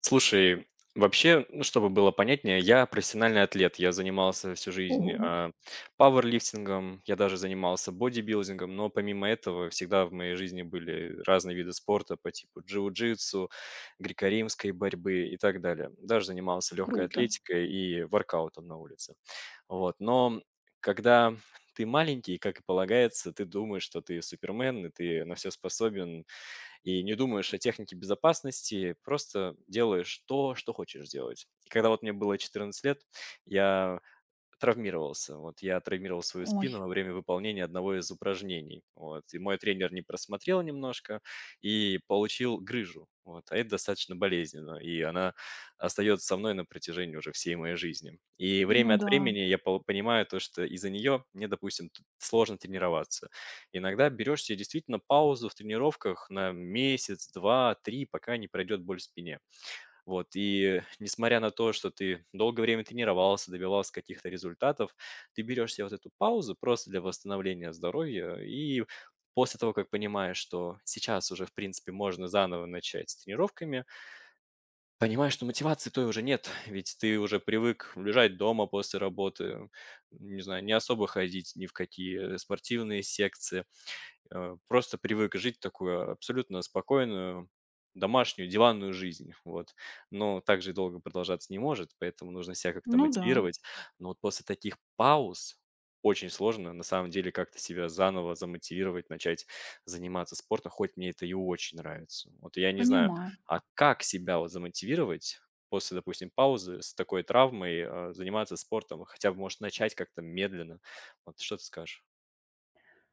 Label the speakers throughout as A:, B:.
A: Слушай, вообще, ну, чтобы было понятнее, я профессиональный атлет. Я занимался всю жизнь
B: Ого,
A: пауэрлифтингом, я даже занимался бодибилдингом, но помимо этого всегда в моей жизни были разные виды спорта по типу джиу-джитсу, греко-римской борьбы и так далее. Даже занимался легкой
B: круто.
A: атлетикой и воркаутом на улице. Вот. Но когда ты маленький, как и полагается, ты думаешь, что ты супермен, и ты на все способен, и не думаешь о технике безопасности, просто делаешь то, что хочешь делать. И когда вот мне было 14 лет, я травмировался. Вот я травмировал свою
B: Ой,
A: спину во время выполнения одного из упражнений. Вот. И мой тренер не просмотрел немножко и получил грыжу. Вот. А это достаточно болезненно. И она остается со мной на протяжении уже всей моей жизни. И время
B: ну
A: от
B: да,
A: времени я понимаю то, что из-за нее мне, допустим, сложно тренироваться. Иногда берешь себе действительно паузу в тренировках на месяц, два, три, пока не пройдет боль в спине. Вот, и несмотря на то, что ты долгое время тренировался, добивался каких-то результатов, ты берешь себе вот эту паузу просто для восстановления здоровья. И после того, как понимаешь, что сейчас уже, в принципе, можно заново начать с тренировками, понимаешь, что мотивации той уже нет, ведь ты уже привык лежать дома после работы, не знаю, не особо ходить ни в какие спортивные секции, просто привык жить такую абсолютно спокойную домашнюю диванную жизнь, вот. Но так же долго продолжаться не может, поэтому нужно себя как-то
B: ну да,
A: мотивировать. Но вот после таких пауз очень сложно на самом деле как-то себя заново замотивировать, начать заниматься спортом, хоть мне это и очень нравится. Вот я не знаю,
B: понимаю.
A: а как себя вот замотивировать после, допустим, паузы с такой травмой, заниматься спортом? Хотя бы, может, начать как-то медленно. Вот что ты скажешь?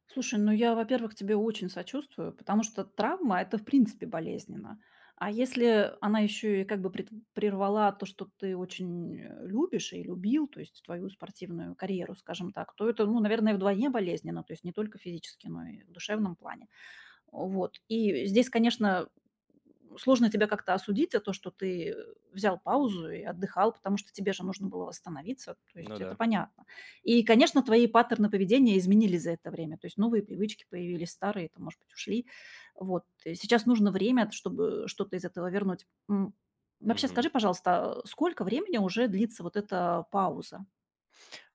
B: Слушай, ну я, во-первых, тебе очень сочувствую, потому что травма– это, в принципе, болезненно. А если она еще и как бы прервала то, что ты очень любишь и любил, то есть твою спортивную карьеру, скажем так, то это, ну, наверное, вдвойне болезненно, то есть не только физически, но и в душевном плане. Вот. И здесь, конечно, сложно тебя как-то осудить за то, что ты, взял паузу и отдыхал, потому что тебе же нужно было восстановиться. То
A: Ну
B: есть это
A: да.
B: понятно. И, конечно, твои паттерны поведения изменились за это время. То есть новые привычки появились, старые, там, может быть, ушли. Вот. И сейчас нужно время, чтобы что-то из этого вернуть. Вообще скажи, пожалуйста, а сколько времени уже длится вот эта пауза?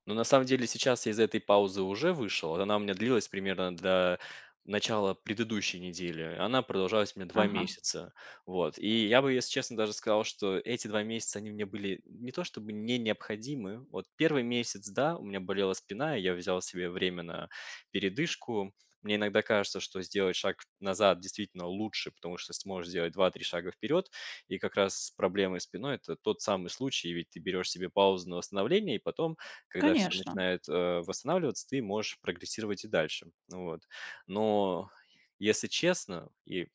A: Но на самом деле сейчас я из этой паузы уже вышел. Вот она у меня длилась примерно до начала предыдущей недели. Она продолжалась у меня два
B: Ага.
A: месяца. Вот. И я бы, если честно, даже сказал, что эти 2 месяца, они мне были не то чтобы не необходимы. Вот первый месяц, да, у меня болела спина, и я взял себе время на передышку. Мне иногда кажется, что сделать шаг назад действительно лучше, потому что сможешь сделать два-три шага вперед. И как раз с проблемой спиной это тот самый случай, ведь ты берешь себе паузу на восстановление, и потом когда все
B: Конечно.
A: начинает, восстанавливаться, ты можешь прогрессировать и дальше. Ну вот. Но если честно и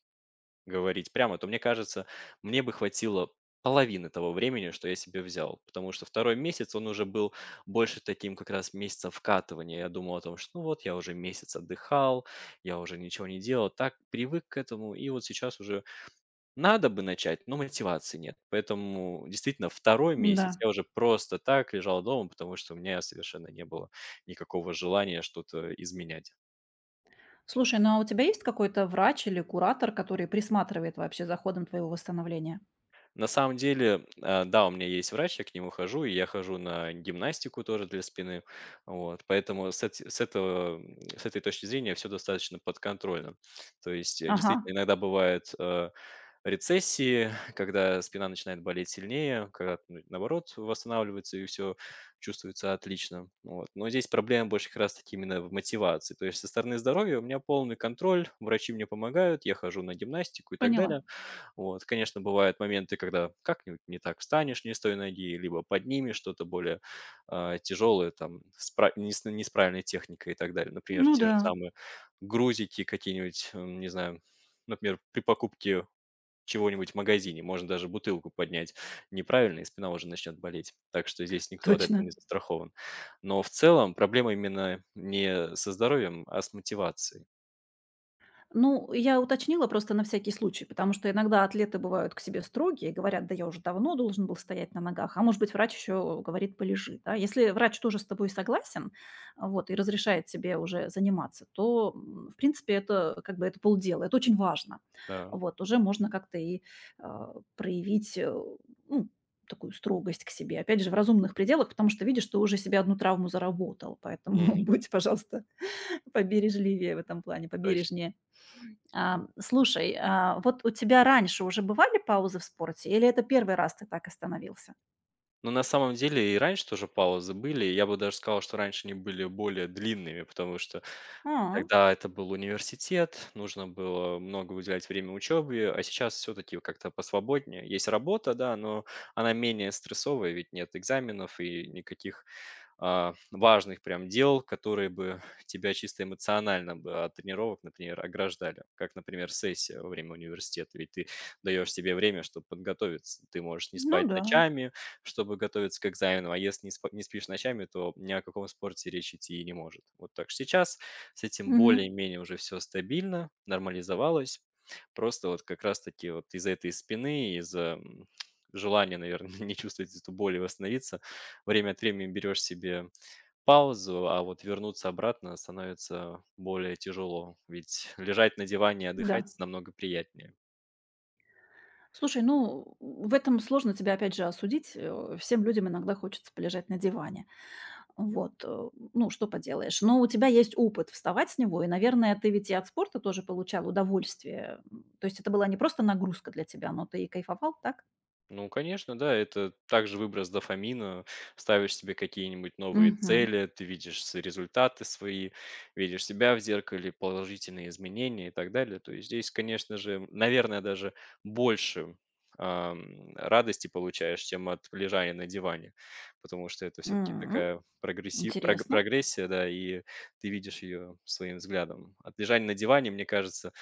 A: говорить прямо, то, мне кажется, мне бы хватило половины того времени, что я себе взял. Потому что второй месяц, он уже был больше таким как раз месяцем вкатывания. Я думал о том, что, ну, вот я уже месяц отдыхал, я уже ничего не делал, так привык к этому. И вот сейчас уже надо бы начать, но мотивации нет. Поэтому действительно второй
B: Да.
A: месяц я уже просто так лежал дома, потому что у меня совершенно не было никакого желания что-то изменять.
B: Слушай, ну а у тебя есть какой-то врач или куратор, который присматривает вообще за ходом твоего восстановления?
A: На самом деле, да, у меня есть врач, я к нему хожу, и я хожу на гимнастику тоже для спины. Вот, поэтому с, эти- с этого, м, с этой точки зрения все достаточно подконтрольно. То есть,
B: Ага,
A: действительно, иногда бывают рецессии, когда спина начинает болеть сильнее, когда, ну, наоборот, восстанавливается и все чувствуется отлично. Вот. Но здесь проблема больше как раз-таки именно в мотивации. То есть со стороны здоровья у меня полный контроль, врачи мне помогают, я хожу на гимнастику и так
B: поняла.
A: далее. Вот. Конечно, бывают моменты, когда как-нибудь не так встанешь не с той ноги, либо поднимешь что-то более тяжелое, там, с пра- не, с, не с правильной техникой и так далее. Например,
B: Ну
A: те
B: да,
A: же самые грузики какие-нибудь, не знаю, например, при покупке чего-нибудь в магазине, можно даже бутылку поднять неправильно, и спина уже начнет болеть. Так что здесь никто от этого
B: точно.
A: не застрахован. Но в целом проблема именно не со здоровьем, а с мотивацией.
B: Ну, я уточнила просто на всякий случай, потому что иногда атлеты бывают к себе строгие и говорят: "Да я уже давно должен был стоять на ногах". А может быть, врач еще говорит: "Полежи". Да? Если врач тоже с тобой согласен, вот, и разрешает тебе уже заниматься, то, в принципе, это как бы это полдела. Это очень важно.
A: Да.
B: Вот, уже можно как-то и, проявить, ну, такую строгость к себе. Опять же, в разумных пределах, потому что видишь, что уже себе одну травму заработал. Поэтому
A: Мгм.
B: будь, пожалуйста, побережливее в этом плане,
A: Точно.
B: побережнее. Слушай, вот у тебя раньше уже бывали паузы в спорте или это первый раз ты так остановился?
A: Но на самом деле и раньше тоже паузы были. Я бы даже сказал, что раньше они были более длинными, потому что
B: А,
A: тогда это был университет, нужно было много уделять время учебе, а сейчас все-таки как-то посвободнее. Есть работа, да, но она менее стрессовая, ведь нет экзаменов и никаких важных прям дел, которые бы тебя чисто эмоционально бы от тренировок, например, ограждали. Как, например, сессия во время университета. Ведь ты даешь себе время, чтобы подготовиться. Ты можешь не
B: ну
A: спать
B: да.
A: ночами, чтобы готовиться к экзамену, а если не спишь ночами, то ни о каком спорте речь идти и не может. Вот так что сейчас с этим
B: Мгм.
A: более-менее уже все стабильно, нормализовалось. Просто вот как раз-таки вот из-за этой спины, желания, наверное, не чувствовать эту боль и восстановиться, время от времени берешь себе паузу, а вот вернуться обратно становится более тяжело, ведь лежать на диване и
B: Да.
A: отдыхать намного приятнее.
B: Слушай, ну, в этом сложно тебя опять же осудить. Всем людям иногда хочется полежать на диване. Вот, ну, что поделаешь. Но у тебя есть опыт вставать с него, и, наверное, ты ведь и от спорта тоже получал удовольствие. М, то есть это была не просто нагрузка для тебя, но ты и кайфовал, так?
A: Ну, конечно, да, это также выброс дофамина. Ставишь себе какие-нибудь новые
B: Угу.
A: цели, ты видишь результаты свои, видишь себя в зеркале, положительные изменения и так далее. То есть здесь, конечно же, наверное, даже больше радости получаешь, чем от лежания на диване, потому что это все-таки такая
B: Интересно.
A: прогрессия, да, и ты видишь ее своим взглядом. От лежания на диване, мне кажется,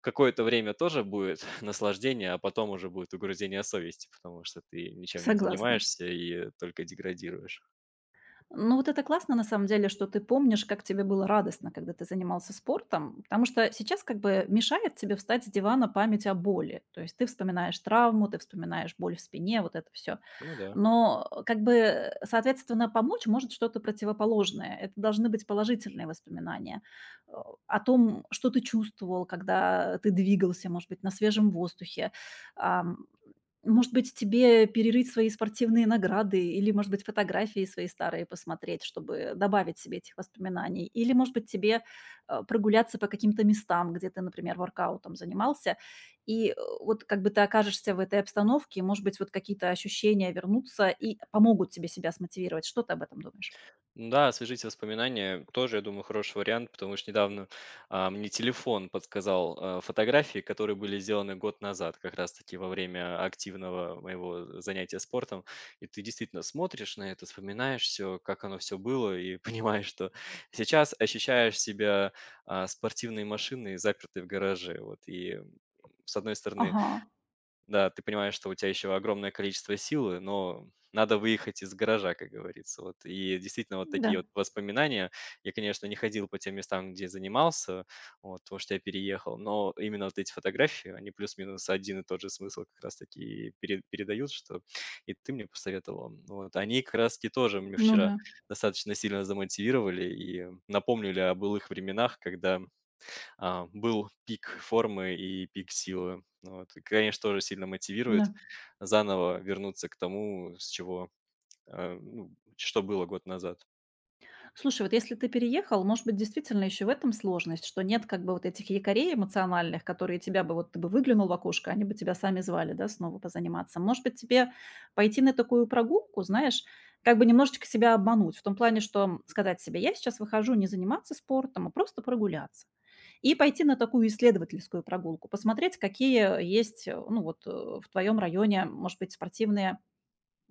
A: какое-то время тоже будет наслаждение, а потом уже будет угрызение совести, потому что ты ничем не
B: Согласна.
A: занимаешься и только деградируешь.
B: Ну, вот это классно, на самом деле, что ты помнишь, как тебе было радостно, когда ты занимался спортом, потому что сейчас как бы мешает тебе встать с дивана память о боли. То есть ты вспоминаешь травму, ты вспоминаешь боль в спине, вот это все.
A: Ну да.
B: Но как бы, соответственно, помочь может что-то противоположное. Это должны быть положительные воспоминания э, о том, что ты чувствовал, когда ты двигался, может быть, на свежем воздухе. Ам, может быть, тебе перерыть свои спортивные награды или, может быть, фотографии свои старые посмотреть, чтобы добавить себе этих воспоминаний? Или, может быть, тебе, прогуляться по каким-то местам, где ты, например, воркаутом занимался, и, вот как бы ты окажешься в этой обстановке, может быть, вот какие-то ощущения вернутся и помогут тебе себя смотивировать. Что ты об этом думаешь?
A: Да, освежите воспоминания. Тоже, я думаю, хороший вариант, потому что недавно мне телефон подсказал фотографии, которые были сделаны год назад, как раз-таки во время активного моего занятия спортом. И ты действительно смотришь на это, вспоминаешь все, как оно все было, и понимаешь, что сейчас ощущаешь себя спортивной машиной, запертой в гараже. Вот. И с одной стороны,
B: Ага,
A: да, ты понимаешь, что у тебя еще огромное количество силы, но надо выехать из гаража, как говорится. Вот. И действительно, вот такие
B: да,
A: вот воспоминания. Я, конечно, не ходил по тем местам, где занимался, вот, потому что я переехал, но именно вот эти фотографии, они плюс-минус один и тот же смысл как раз-таки и передают, что и ты мне посоветовал. Вот. Они как раз-таки тоже мне
B: ну
A: вчера
B: да,
A: достаточно сильно замотивировали и напомнили о былых временах, когда был пик формы и пик силы. Вот. И, конечно, тоже сильно мотивирует
B: да.
A: заново вернуться к тому, с чего, э, ну, что было год назад.
B: Слушай, вот если ты переехал, может быть, действительно еще в этом сложность, что нет как бы вот этих якорей эмоциональных, которые тебя бы, вот ты бы выглянул в окошко, они бы тебя сами звали, да, снова позаниматься. Может быть, тебе пойти на такую прогулку, знаешь, как бы немножечко себя обмануть, в том плане, что сказать себе, я сейчас выхожу не заниматься спортом, а просто прогуляться. И пойти на такую исследовательскую прогулку, посмотреть, какие есть, ну вот в твоем районе, может быть, спортивные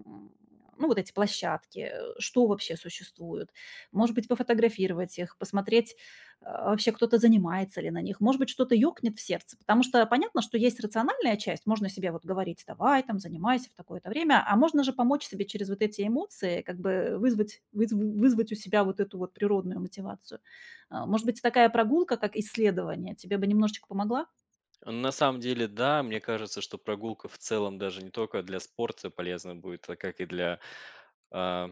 B: м, ну, вот эти площадки, что вообще существует. Может быть, пофотографировать их, посмотреть, вообще кто-то занимается ли на них. Может быть, что-то ёкнет в сердце, потому что понятно, что есть рациональная часть. Можно себе вот говорить, давай там, занимайся в такое-то время, а можно же помочь себе через вот эти эмоции, как бы вызвать у себя вот эту вот природную мотивацию. Может быть, такая прогулка, как исследование, тебе бы немножечко помогла?
A: На самом деле, да, мне кажется, что прогулка в целом даже не только для спорта полезна будет, а как и для а,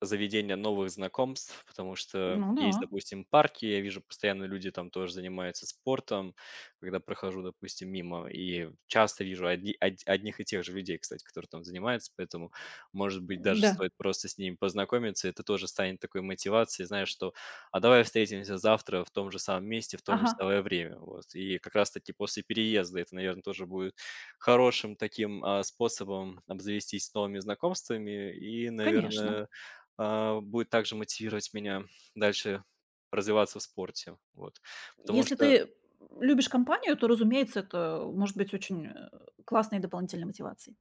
A: заведения новых знакомств, потому что
B: Ну да.
A: есть, допустим, парки, я вижу, постоянно люди там тоже занимаются спортом, когда прохожу, допустим, мимо, и часто вижу одних и тех же людей, кстати, которые там занимаются, поэтому, может быть, даже
B: Да.
A: стоит просто с ними познакомиться, это тоже станет такой мотивацией, знаешь, что давай встретимся завтра в том же самом месте, в то же
B: Ага,
A: самое время. Вот. И как раз-таки после переезда это, наверное, тоже будет хорошим таким способом обзавестись новыми знакомствами и,
B: конечно.
A: наверное, будет также мотивировать меня дальше развиваться в спорте. Вот. Потому
B: Если
A: что
B: ты любишь компанию, то, разумеется, это может быть очень, классной дополнительной мотивацией.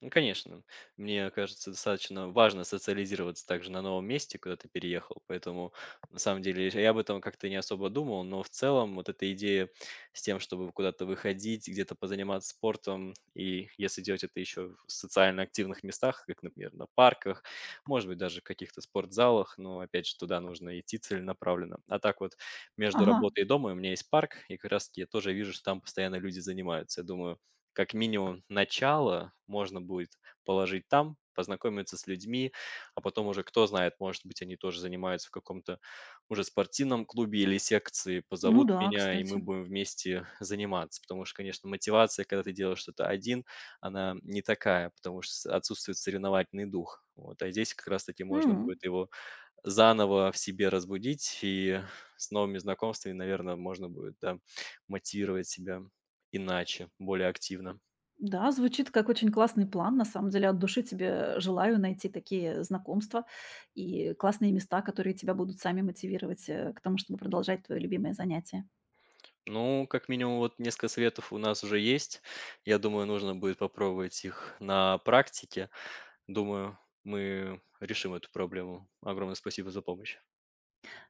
A: ну, конечно. Мне кажется, достаточно важно социализироваться также на новом месте, куда ты переехал. Поэтому, на самом деле, я об этом как-то не особо думал, но в целом вот эта идея с тем, чтобы куда-то выходить, где-то позаниматься спортом, и если делать это еще в социально активных местах, как, например, на парках, может быть, даже в каких-то спортзалах, но, опять же, туда нужно идти целенаправленно. А так вот, между
B: Ага,
A: работой и домом у меня есть парк, и как раз-таки я тоже вижу, что там постоянно люди занимаются. Я думаю, как минимум начало можно будет положить там, познакомиться с людьми, а потом уже кто знает, может быть, они тоже занимаются в каком-то уже спортивном клубе или секции,
B: ну
A: позовут
B: да,
A: меня, и мы
B: кстати.
A: будем вместе заниматься. Потому что, конечно, мотивация, когда ты делаешь что-то один, она не такая, потому что отсутствует соревновательный дух. Вот. А здесь как раз-таки можно
B: М,
A: будет его заново в себе разбудить, и с новыми знакомствами, наверное, можно будет да, мотивировать себя иначе, более активно.
B: да, звучит как очень классный план. На самом деле от души тебе желаю найти такие знакомства и классные места, которые тебя будут сами мотивировать, к тому, чтобы продолжать твое любимое занятие.
A: Ну, как минимум, вот несколько советов у нас уже есть. Я думаю, нужно будет попробовать их на практике. Думаю, мы решим эту проблему. Огромное спасибо за помощь.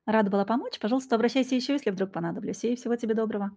B: Рада была помочь. Пожалуйста, обращайся еще, если вдруг понадоблюсь. И всего тебе доброго.